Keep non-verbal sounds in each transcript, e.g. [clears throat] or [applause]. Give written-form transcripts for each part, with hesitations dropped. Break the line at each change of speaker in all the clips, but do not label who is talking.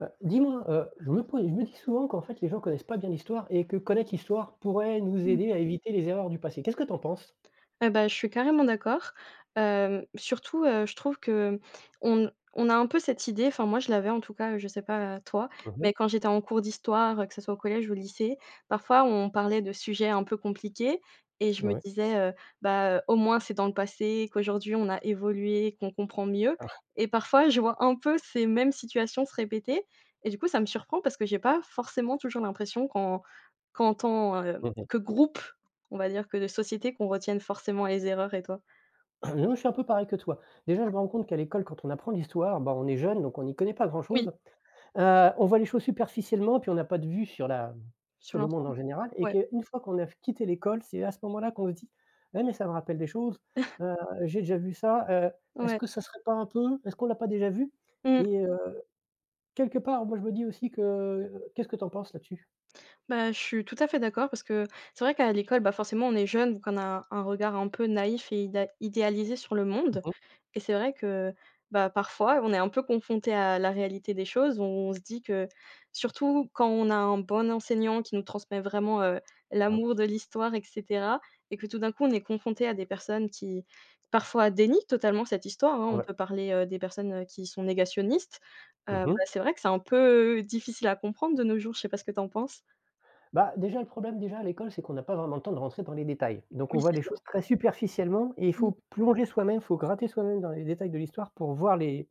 Dis-moi, je me dis souvent qu'en fait les gens connaissent pas bien l'histoire et que connaître l'histoire pourrait nous
Mmh.
aider à éviter les erreurs du passé. Qu'est-ce que tu en penses?
Eh bah, je suis carrément d'accord. Surtout, je trouve qu'on on a un peu cette idée, enfin moi je l'avais en tout cas, je sais pas toi,
Mmh.
mais quand j'étais en cours d'histoire, que ce soit au collège ou au lycée, parfois on parlait de sujets un peu compliqués et je me
Ouais.
disais: «Bah, au moins c'est dans le passé, qu'aujourd'hui on a évolué, qu'on comprend mieux», et parfois je vois un peu ces mêmes situations se répéter et du coup ça me surprend parce que j'ai pas forcément toujours l'impression qu'en tant,
Mmh. [clears throat]
que groupe, on va dire, que de société, qu'on retienne forcément les erreurs. Et toi?
Non, je suis un peu pareil que toi. Déjà, je me rends compte qu'à l'école, quand on apprend l'histoire, bah, on est jeune, donc on n'y connaît pas
Oui,
grand-chose. On voit les choses superficiellement, puis on n'a pas de vue sur
sur
le monde en
l'ensemble,
général et
ouais.
qu'une fois qu'on a quitté l'école, c'est à ce moment-là qu'on se dit: «Ouais, mais ça me rappelle des choses, heu, j'ai déjà vu ça, est-ce
Ouais,
que ça serait pas un peu? Est-ce qu'on l'a pas déjà vu?»
mmh.
Quelque part, moi je me dis aussi que qu'est-ce que tu en penses là-dessus?
Bah, je suis tout à fait d'accord parce que c'est vrai qu'à l'école, bah, forcément, on est jeune, donc on a un regard un peu naïf et idéalisé sur le
Mmh
monde.
mh.
Et c'est vrai que, bah, parfois, on est un peu confronté à la réalité des choses. On se dit que, surtout quand on a un bon enseignant qui nous transmet vraiment
Ah
l'amour
oui.
de l'histoire, etc., et que tout d'un coup, on est confronté à des personnes qui, parfois, dénient totalement cette histoire, hein. On
Ouais.
peut parler des personnes qui sont négationnistes.
Mmh
Bah,
mh.
c'est vrai que c'est un peu difficile à comprendre de nos jours. Je sais pas ce que tu en penses.
Bah, déjà le problème déjà à l'école, c'est qu'on n'a pas vraiment le temps de rentrer dans les détails. Donc on
Oui,
voit
c'est
les choses
sûr.
très superficiellement et il
Mmh.
faut plonger soi-même, il faut gratter soi-même dans les détails de l'histoire pour voir les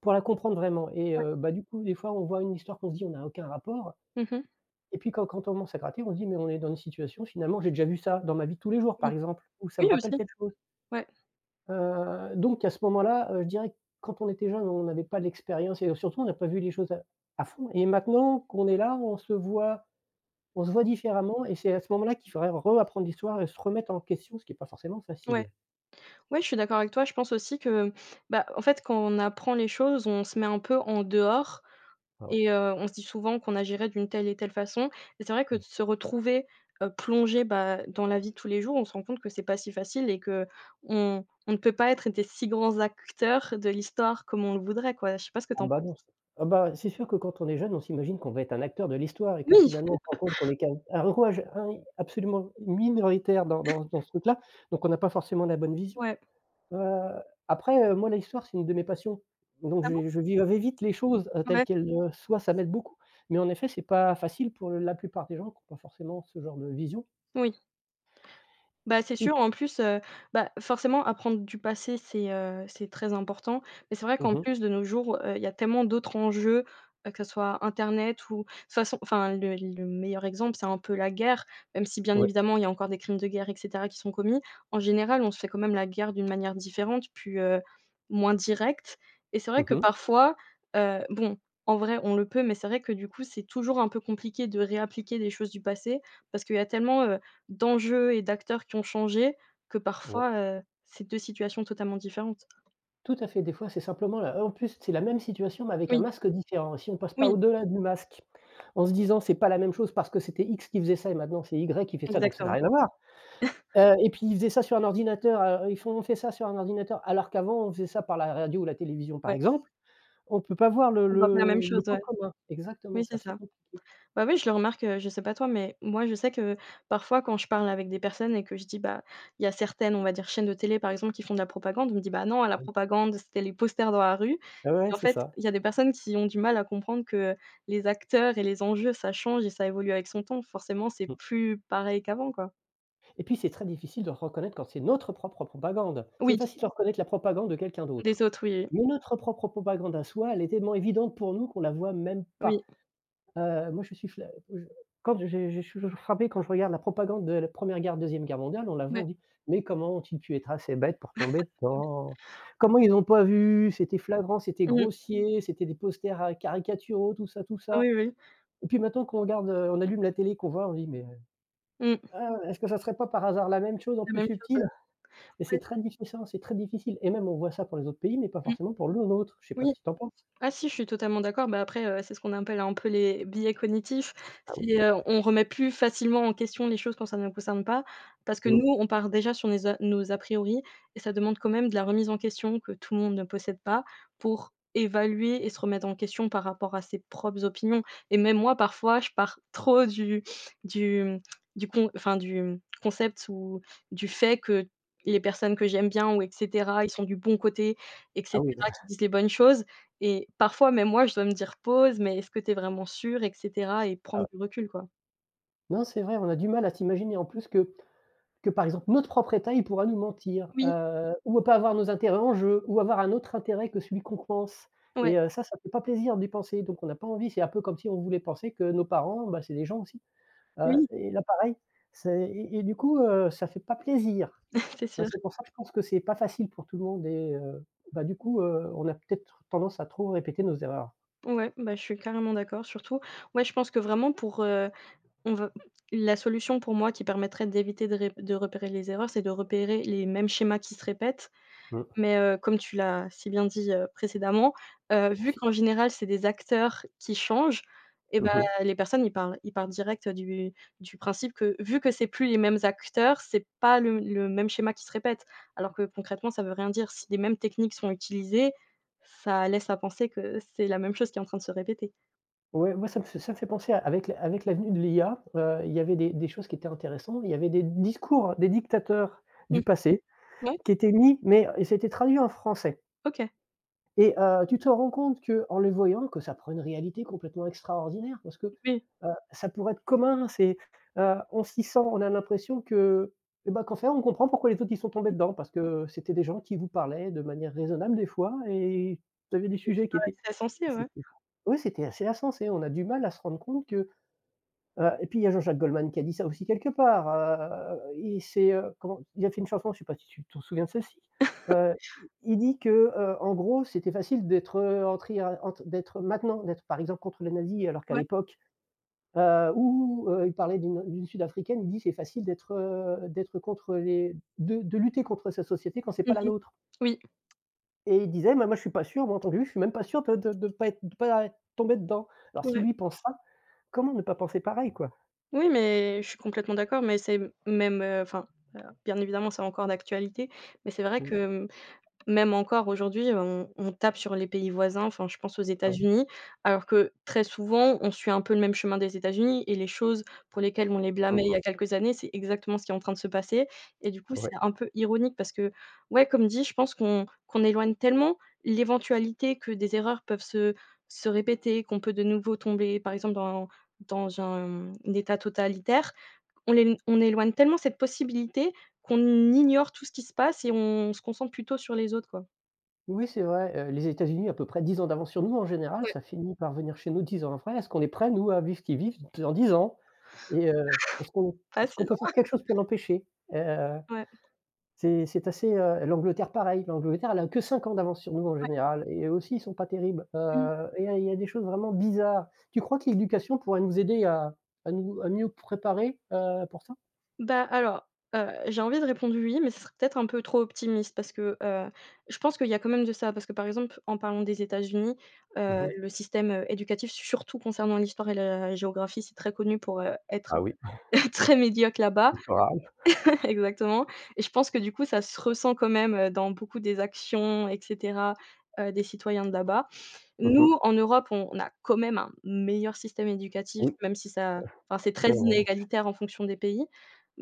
pour la comprendre vraiment et
Ouais.
bah, du coup, des fois, on voit une histoire qu'on se dit: «On n'a aucun rapport»
Mmh mh.
et puis quand on commence à gratter, on se dit: «Mais on est dans une situation finalement, j'ai déjà vu ça dans ma vie de tous les jours par
Oui.
exemple, ou ça me
Oui
rappelle
aussi.
telle chose».
Ouais,
Donc à ce moment-là, je dirais que quand on était jeune, on n'avait pas l'expérience et surtout on n'a pas vu les choses à fond et maintenant qu'on est là, on se voit différemment et c'est à ce moment-là qu'il faudrait réapprendre l'histoire et se remettre en question, ce qui est pas forcément
ouais.
facile.
Ouais, je suis d'accord avec toi. Je pense aussi que, bah, en fait, quand on apprend les choses, on se met un peu en dehors,
Ah ouais.
et on se dit souvent qu'on agirait d'une telle et telle façon. Et c'est vrai que
Mmh.
de se retrouver, plongé, bah, dans la vie de tous les jours, on se rend compte que c'est pas si facile et qu'on on ne peut pas être des si grands acteurs de l'histoire comme on le voudrait, quoi. Je sais pas ce que tu
Ah
en
bah non,
penses?
c'est ah bah, c'est sûr que quand on est jeune, on s'imagine qu'on va être un acteur de l'histoire et que
Oui!
finalement on se rend compte qu'on est qu'un un rouage in absolument minoritaire dans ce truc-là, donc on n'a pas forcément la bonne vision.
Ouais.
Heu, Après, moi, la histoire, c'est une de mes passions. Donc
Ah bon?
je vivais vite les choses, telles
Ouais.
qu'elles, soient, ça m'aide beaucoup. Mais en effet, c'est pas facile pour la plupart des gens qui ont pas forcément ce genre de vision.
Oui. Bah, c'est
Et
sûr, en plus, bah, forcément apprendre du passé, c'est très important. Mais c'est vrai
mmh
qu'en
mh,
plus de nos jours, il y a tellement d'autres enjeux, que ce soit internet ou de toute façon, enfin, le meilleur exemple, c'est un peu la guerre, même si bien
ouais,
évidemment il y a encore des crimes de guerre et cetera qui sont commis. En général, on se fait quand même la guerre d'une manière différente, puis, moins directe. Et c'est vrai
mmh
que
mh,
parfois, bon, en vrai on le peut, mais c'est vrai que du coup c'est toujours un peu compliqué de réappliquer des choses du passé parce qu'il y a tellement, d'enjeux et d'acteurs qui ont changé, que
ouais.
parfois, c'est 2 situations totalement différentes.
Tout à fait, des fois, c'est simplement la en plus, c'est la même situation, mais avec un
Oui,
masque différent. Si on passe pas
oui,
au-delà du masque, en se disant: «C'est pas la même chose parce que c'était X qui faisait ça et maintenant c'est Y qui fait ça, donc ça n'a
exactement.
rien à voir».
[laughs]
Et puis ils faisaient ça sur un ordinateur, ils font on fait ça sur un ordinateur alors qu'avant on faisait ça par la radio ou la télévision, par
Ouais,
exemple. On peut pas voir le
on voit pas la
le
même
le
chose,
point
ouais.
commun. Exactement,
Oui,
c'est
c'est
assez
ça.
compliqué.
Bah, oui, je le remarque, je sais pas toi, mais moi, je sais que parfois quand je parle avec des personnes et que je dis: «Bah, il y a certaines, on va dire, chaînes de télé, par exemple, qui font de la propagande», on me dit: «Bah, non,
Ah
la
oui.
propagande, c'était les posters dans la rue».
Ouais, ouais,
Et en
c'est
fait,
ça.
il y a des personnes qui ont du mal à comprendre que les acteurs et les enjeux, ça change et ça évolue avec son temps. Forcément, c'est
Mmh.
plus pareil qu'avant, quoi.
Et puis, c'est très difficile de reconnaître quand c'est notre propre propagande. C'est
Oui,
facile de reconnaître la propagande de quelqu'un d'autre.
des autres, oui, oui.
Mais notre propre propagande à soi, elle est tellement évidente pour nous qu'on la voit même pas.
Oui.
Moi, je je suis toujours frappé quand je regarde la propagande de la Première guerre, Deuxième guerre mondiale, on la voit, on
Ouais.
dit: «Mais comment ont-ils pu être assez bêtes pour tomber dedans? Comment ils ont pas vu? C'était flagrant, c'était
Mmh.
grossier, c'était des posters, caricaturaux, tout ça, tout
Ah,
ça».
oui, oui.
Et puis maintenant qu'on regarde, on allume la télé, qu'on voit, on dit: «Mais,
Mmh.
ah, est-ce que ça serait pas par hasard la même chose en
La
plus
même chose,
subtil?» et c'est
ouais.
très difficile, hein, c'est très difficile et même on voit ça pour les autres pays, mais pas
Mmh.
forcément pour le nôtre. Je sais pas ce
Oui,
que tu en penses?
ah si, je suis totalement d'accord. Bah, après, c'est ce qu'on appelle un peu les biais cognitifs.
Ah oui.
C'est, on remet plus facilement en question les choses quand ça ne nous concerne pas, parce que nous,
Mmh.
on part déjà sur nes a nos a priori, et ça demande quand même de la remise en question que tout le monde ne possède pas pour évaluer et se remettre en question par rapport à ses propres opinions. Et même moi, parfois, je pars trop du du, mmh, concept ou du fait que les personnes que j'aime bien ou et cetera, ils sont du bon côté et
Ah oui,
cetera, qui disent les bonnes choses. Et parfois, même moi, je dois me dire: «Pause, mais est-ce que tu es vraiment sûre?» et cetera, et
ah
prendre
ouais.
du recul, quoi.
Non, c'est vrai, on a du mal à s'imaginer en plus que par exemple notre propre État, il pourra nous mentir,
Oui,
ou pas avoir nos intérêts en jeu, ou avoir un autre intérêt que celui qu'on pense
ouais,
et ça, ça fait pas plaisir d'y penser, donc on n'a pas envie. C'est un peu comme si on voulait penser que nos parents, bah, c'est des gens aussi.
oui,
Et là, pareil, c'est du coup, ça fait pas plaisir.
[laughs] c'est
Bah,
sûr.
c'est pour ça que je pense que c'est pas facile pour tout le monde et bah, du coup, on a peut-être tendance à trop répéter nos erreurs.
Ouais, bah, je suis carrément d'accord. Surtout, ouais, je pense que vraiment pour, on va la solution pour moi qui permettrait d'éviter de repérer les erreurs, c'est de repérer les mêmes schémas qui se répètent.
Mmh,
Mais comme tu l'as si bien dit, précédemment, vu
merci.
qu'en général c'est des acteurs qui changent, et ben
Mmh mh.
les personnes, ils parlent direct du principe que vu que c'est plus les mêmes acteurs, c'est pas le même schéma qui se répète. Alors que concrètement ça veut rien dire. Si les mêmes techniques sont utilisées, ça laisse à penser que c'est la même chose qui est en train de se répéter.
Ouais, moi, ça me fait penser à avec la avec l'avenue de l'IA, il y avait des choses qui étaient intéressantes. Il y avait des discours des dictateurs du
Mmh,
passé
ouais.
qui étaient mis mais et c'était traduit en français.
OK,
Et tu te rends compte que en le voyant, que ça prend une réalité complètement extraordinaire parce que,
oui,
ça pourrait être commun, on s'y sent on a l'impression que, et bah, qu'en fait, on comprend pourquoi les autres y sont tombés dedans parce que c'était des gens qui vous parlaient de manière raisonnable des fois et vous avais des
oui, qui
sujets qui étaient
paraissait sensé, ouais.
c'était ouais, c'était assez insensé. On a du mal à se rendre compte que, et puis il y a Jean-Jacques Goldman qui a dit ça aussi quelque part. Il a fait une chanson, je ne sais pas si tu te souviens de celle-ci. Euh, il dit que, en gros, c'était facile d'être maintenant, d'être par exemple contre les nazis, alors qu'à
Ouais.
l'époque où il parlait d'une Sud-Africaine, il dit c'est facile d'être, d'être contre les, de lutter contre sa société quand c'est pas la
Mmh.
nôtre.
Oui.
Et il disait, bah, moi je suis pas sûr, moi en tant que juif, je suis même pas sûr de ne de, de pas, être- de pas tomber dedans. Alors si
Ouais.
lui pense ça, comment ne pas penser pareil, quoi.
Oui, mais je suis complètement d'accord, mais c'est même, enfin, bien évidemment, c'est encore d'actualité, mais c'est vrai
Mm.
que, même encore aujourd'hui, on tape sur les pays voisins, enfin je pense aux
Ah oui.
États-Unis, alors que très souvent, on suit un peu le même chemin des États-Unis, et les choses pour lesquelles on les blâmait il y a quelques années, c'est exactement ce qui est en train de se passer. Et du coup,
Mm.
c'est un peu ironique parce que, ouais, comme dit, je pense qu'on éloigne tellement l'éventualité que des erreurs peuvent se répéter, qu'on peut de nouveau tomber, par exemple, dans un état totalitaire. On l'é on éloigne tellement cette possibilité qu'on ignore tout ce qui se passe et on se concentre plutôt sur les autres, quoi.
Oui, c'est vrai, les États-Unis à peu près 10 ans d'avance sur nous en général,
Ouais,
ça finit par venir chez nous 10 ans après. Est-ce qu'on est prêts nous à vivre ce qu'ils vivent dans 10 ans? Et est-ce qu'on
facile,
peut faire quelque chose pour l'empêcher? Heu,
hein. Ouais,
c'est assez, l'Angleterre pareil, l'Angleterre elle a que 5 ans d'avance sur nous en
ouais.
général et eux aussi ils sont pas terribles.
Mmh.
Et il y a des choses vraiment bizarres. Tu crois que l'éducation pourrait nous aider à nous à mieux préparer, pour ça?
Bah, alors, j'ai envie de répondre «oui», mais ce serait peut-être un peu trop optimiste parce que, je pense qu'il y a quand même de ça. Parce que, par exemple, en parlant des États-Unis,
Mmh.
le système, éducatif, surtout concernant l'histoire et la géographie, c'est très connu pour, être
Ah oui. [laughs]
[laughs] très médiocre là-bas.
C'est plus rare.
[laughs] Exactement, et je pense que, du coup, ça se ressent quand même, dans beaucoup des actions et cetera, des citoyens de là-bas.
Mh.
Nous, en Europe, on a quand même un meilleur système éducatif,
Oui.
même si ça, enfin, c'est très
Non, non,
inégalitaire en fonction des pays.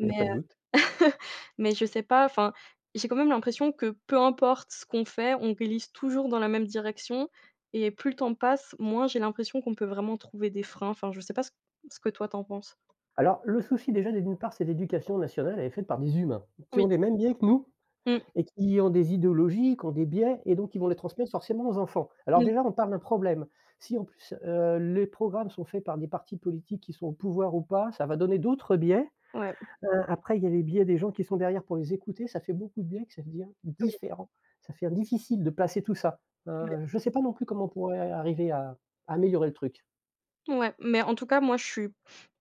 il n'y a pas de doute.
heu, [laughs] mais je sais pas, enfin, j'ai quand même l'impression que peu importe ce qu'on fait, on glisse toujours dans la même direction et plus le temps passe, moins j'ai l'impression qu'on peut vraiment trouver des freins. Enfin, je sais pas ce que toi tu en penses?
Alors, le souci déjà, d'une part, c'est l'éducation nationale, elle est faite par des humains, qui ont
Oui.
les mêmes biais que nous
Mmh,
et qui ont des idéologies, qui ont des biais et donc ils vont les transmettre forcément aux enfants. Alors
mmh.
déjà, on parle d'un problème. Si en plus, les programmes sont faits par des partis politiques qui sont au pouvoir ou pas, ça va donner d'autres biais.
Ouais,
Après il y a les biais des gens qui sont derrière pour les écouter, ça fait beaucoup de biais que ça devient
oui,
différent. Ça fait difficile de placer tout ça.
oui.
Je sais pas non plus comment on pourrait arriver à améliorer le truc.
Ouais, mais en tout cas, moi, je suis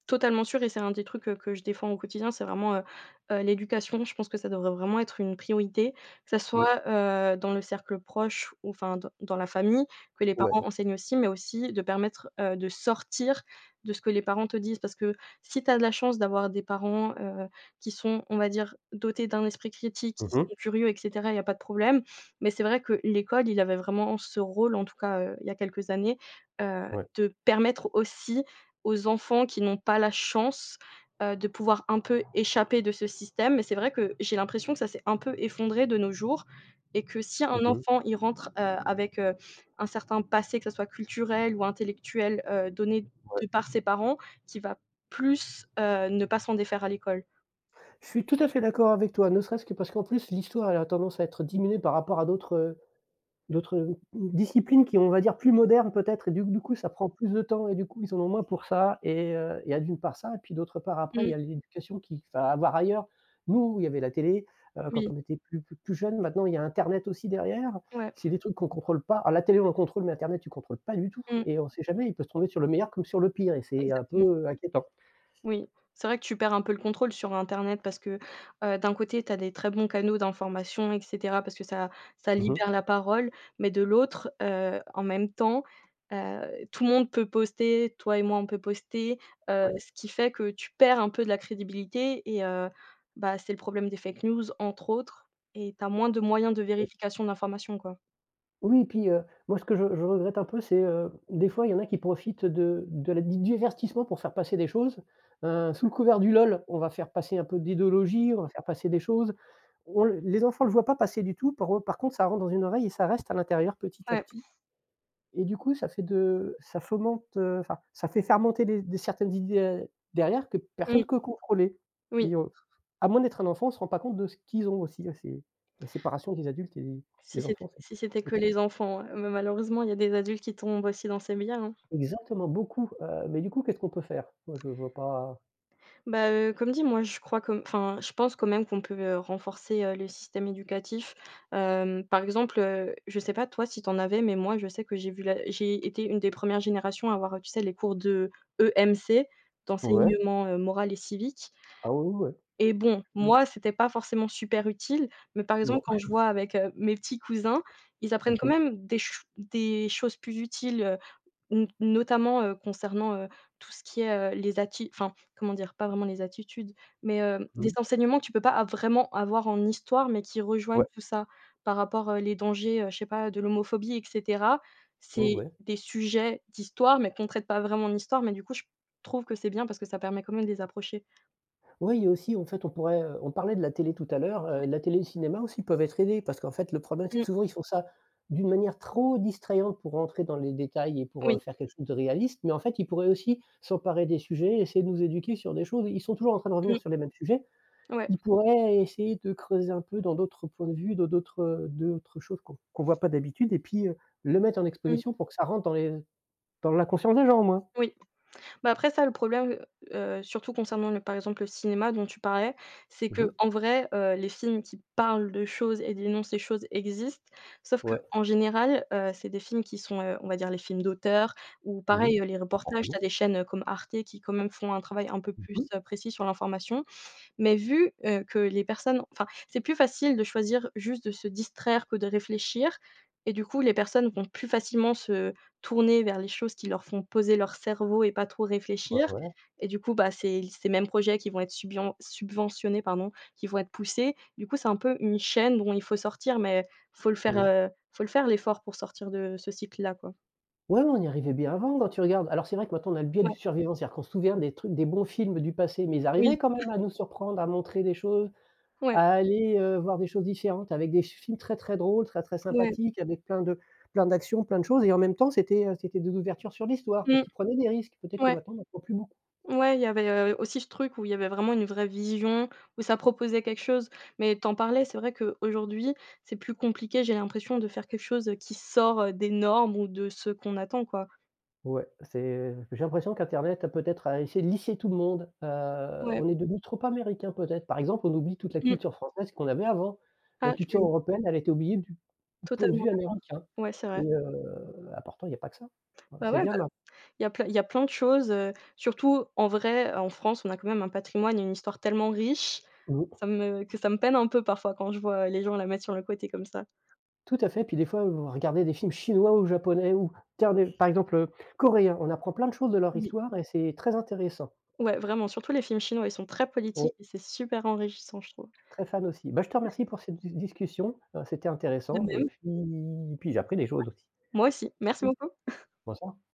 totalement sûre et c'est un des trucs, que je défends au quotidien, c'est vraiment, l'éducation. Je pense que ça devrait vraiment être une priorité, que ça
Mmh,
soit, dans le cercle proche ou enfin dans la famille, que les parents
ouais.
enseignent aussi, mais aussi de permettre, de sortir de ce que les parents te disent. Parce que si tu as de la chance d'avoir des parents, qui sont, on va dire, dotés d'un esprit critique,
Mmh
qui
mh.
sont curieux et cetera, il y a pas de problème. Mais c'est vrai que l'école, il avait vraiment ce rôle, en tout cas, il y a quelques années,
Ouais.
de permettre aussi aux enfants qui n'ont pas la chance, de pouvoir un peu échapper de ce système. Mais c'est vrai que j'ai l'impression que ça s'est un peu effondré de nos jours et que si un
Mmh mh.
enfant, il rentre, avec, un certain passé, que ça soit culturel ou intellectuel, donné de par ses parents, qu'il va plus, ne pas s'en défaire à l'école.
Je suis tout à fait d'accord avec toi, ne serait-ce que parce qu'en plus l'histoire elle a tendance à être diminuée par rapport à d'autres, d'autres, disciplines qui, on va dire, plus modernes peut-être et du coup ça prend plus de temps et du coup ils en ont moins pour ça et il y a d'une part ça et puis d'autre part après il y
Mmh,
a l'éducation qui va avoir ailleurs. Nous, il y avait la télé, quand
oui,
on était plus jeunes, maintenant il y a internet aussi derrière.
ouais,
C'est des trucs qu'on contrôle pas. Alors la télé on le contrôle, mais internet tu contrôles pas du tout
mmh,
et on sait jamais, il peut se tomber sur le meilleur comme sur le pire et c'est un
exactement.
peu inquiétant.
Oui, c'est vrai que tu perds un peu le contrôle sur internet parce que, d'un côté, tu as des très bons canaux d'information et cetera parce que ça
Mmh
libère
mh.
la parole, mais de l'autre, en même temps, tout le monde peut poster, toi et moi, on peut poster,
Ouais.
ce qui fait que tu perds un peu de la crédibilité et bah, c'est le problème des fake news, entre autres, et tu as moins de moyens de vérification d'informations, quoi.
Oui et puis, moi ce que je regrette un peu c'est, des fois il y en a qui profitent de la du divertissement pour faire passer des choses. Sous le couvert du LOL, on va faire passer un peu d'idéologie, on va faire passer des choses. On le Les enfants ne le voient pas passer du tout, par contre ça rentre dans une oreille et ça reste à l'intérieur petit à
Ouais,
petit et du coup ça fomente, enfin ça fait fermenter des certaines idées, derrière que personne
mmh,
ne peut contrôler
oui,
et à moins d'être un enfant, on ne se rend pas compte de ce qu'ils ont aussi, hein, c'est la séparation des adultes et
si
des
c'ét
enfants, c'est
si c'était que les enfants, ouais, mais malheureusement, il y a des adultes qui tombent aussi dans ces biais, hein.
exactement, beaucoup, mais du coup, qu'est-ce qu'on peut faire? Moi, je vois pas.
Bah, comme dit, moi je crois, comme, enfin, je pense quand même qu'on peut, renforcer, le système éducatif. Par exemple, je sais pas toi si t'en avais, mais moi je sais que j'ai vu la j'ai été une des premières générations à avoir, tu sais, les cours de EMC,
Ouais,
d'enseignement, moral et civique,
ah oui, oui, ouais.
et bon,
Mmh,
moi c'était pas forcément super utile, mais par exemple
non.
quand je vois avec, mes petits cousins, ils
Mmh
apprennent quand
mh.
même des choses plus utiles, N notamment, concernant, tout ce qui est, les atti enfin, comment dire? Pas vraiment les attitudes, mais, des
Mmh.
enseignements que tu peux pas a vraiment avoir en histoire, mais qui rejoignent
Ouais.
tout ça. Par rapport, les dangers, je sais pas, de l'homophobie et cetera.
Ouais,
C'est
ouais.
des sujets d'histoire, mais qu'on traite pas vraiment en histoire, mais du coup, je trouve que c'est bien parce que ça permet quand même de les approcher.
Oui, il y a aussi, en fait, on pourrait, on parlait de la télé tout à l'heure, la télé et le cinéma aussi peuvent être aidés parce qu'en fait, le problème, c'est que
Mmh,
souvent, ils font ça d'une manière trop distrayante pour rentrer dans les détails et pour,
oui,
faire quelque chose de réaliste, mais en fait, ils pourraient aussi s'emparer des sujets, essayer de nous éduquer sur des choses. Ils sont toujours en train de revenir
mmh,
sur les mêmes sujets.
ouais,
Ils pourraient essayer de creuser un peu dans d'autres points de vue, dans d'autres choses qu'on voit pas d'habitude et puis, le mettre en
mmh,
exposition pour que ça rentre dans les dans la conscience des gens, au moins.
oui. Bah, après ça, le problème, surtout concernant le par exemple, le cinéma dont tu parlais, c'est
Mmh
que
mh.
en vrai, les films qui parlent de choses et dénoncent les choses existent, sauf que
Ouais.
en général, c'est des films qui sont, on va dire les films d'auteur, ou
Mmh mh.
pareil, les
Bah,
reportages. Tu
forcément.
as des chaînes, comme Arte qui quand même font un travail un peu
Mmh
plus,
mh.
précis sur l'information. Mais vu, que les personnes, enfin, c'est plus facile de choisir juste de se distraire que de réfléchir, et du coup, les personnes vont plus facilement se tourner vers les choses qui leur font poser leur cerveau et pas trop
Ouais,
réfléchir.
ouais.
Et du coup, bah, c'est ces mêmes projets qui vont être subion subventionnés, pardon, qui vont être poussés. Du coup, c'est un peu une chaîne dont il faut sortir, mais faut le faire,
Mmh mh.
heu, faut le faire l'effort pour sortir de ce cycle-là, quoi.
Ouais, on y arrivait bien avant quand tu regardes. Alors c'est vrai que maintenant on a le biais
Ouais,
du survivant, c'est-à-dire qu'on se souvient des trucs des bons films du passé, mais ils
oui,
arrivaient quand même à nous surprendre, à montrer des choses,
ouais,
à aller, voir des choses différentes avec des films très, très drôles, très, très
ouais.
sympathiques, avec plein d'actions, plein de choses et en même temps, c'était de l'ouverture sur l'histoire parce
Mmh,
qu'ils prenaient des risques. Peut-être que
ouais.
maintenant, on n'en prend plus beaucoup.
Ouais, il y avait, aussi ce truc où il y avait vraiment une vraie vision, où ça proposait quelque chose. Mais tu en parlais, c'est vrai qu'aujourd'hui, c'est plus compliqué, j'ai l'impression, de faire quelque chose, qui sort, des normes ou de ce qu'on attend, quoi.
Ouais, c'est j'ai l'impression qu'internet a essayé de lisser tout le monde.
Ouais.
On est devenu trop américain peut-être. Par exemple, on oublie toute la
Mmh.
culture française qu'on avait avant. La
Ah, je
culture
suis
européenne, elle a été oubliée du point de
totalement
vue
d'ac
américain
ouais, c'est vrai.
et ah pourtant il y a pas que ça.
Bah,
C'est
ouais,
bien
bah,
là.
il y a plein de choses, surtout en vrai, en France, on a quand même un patrimoine et une histoire tellement riche,
Mmh.
ça me que ça me peine un peu parfois quand je vois les gens la mettre sur le côté comme ça.
Tout à fait, puis des fois, vous regardez des films chinois ou japonais ou dernier par exemple, coréen, on apprend plein de choses de leur
Oui.
histoire et c'est très intéressant.
Ouais, vraiment, surtout les films chinois, ils sont très
Oui,
politiques et c'est super enrichissant, je trouve.
très fan aussi. Bah, je te remercie pour cette discussion, c'était
De
intéressant et
même.
puis j'ai appris des choses aussi.
Moi aussi, merci beaucoup.
Bonsoir.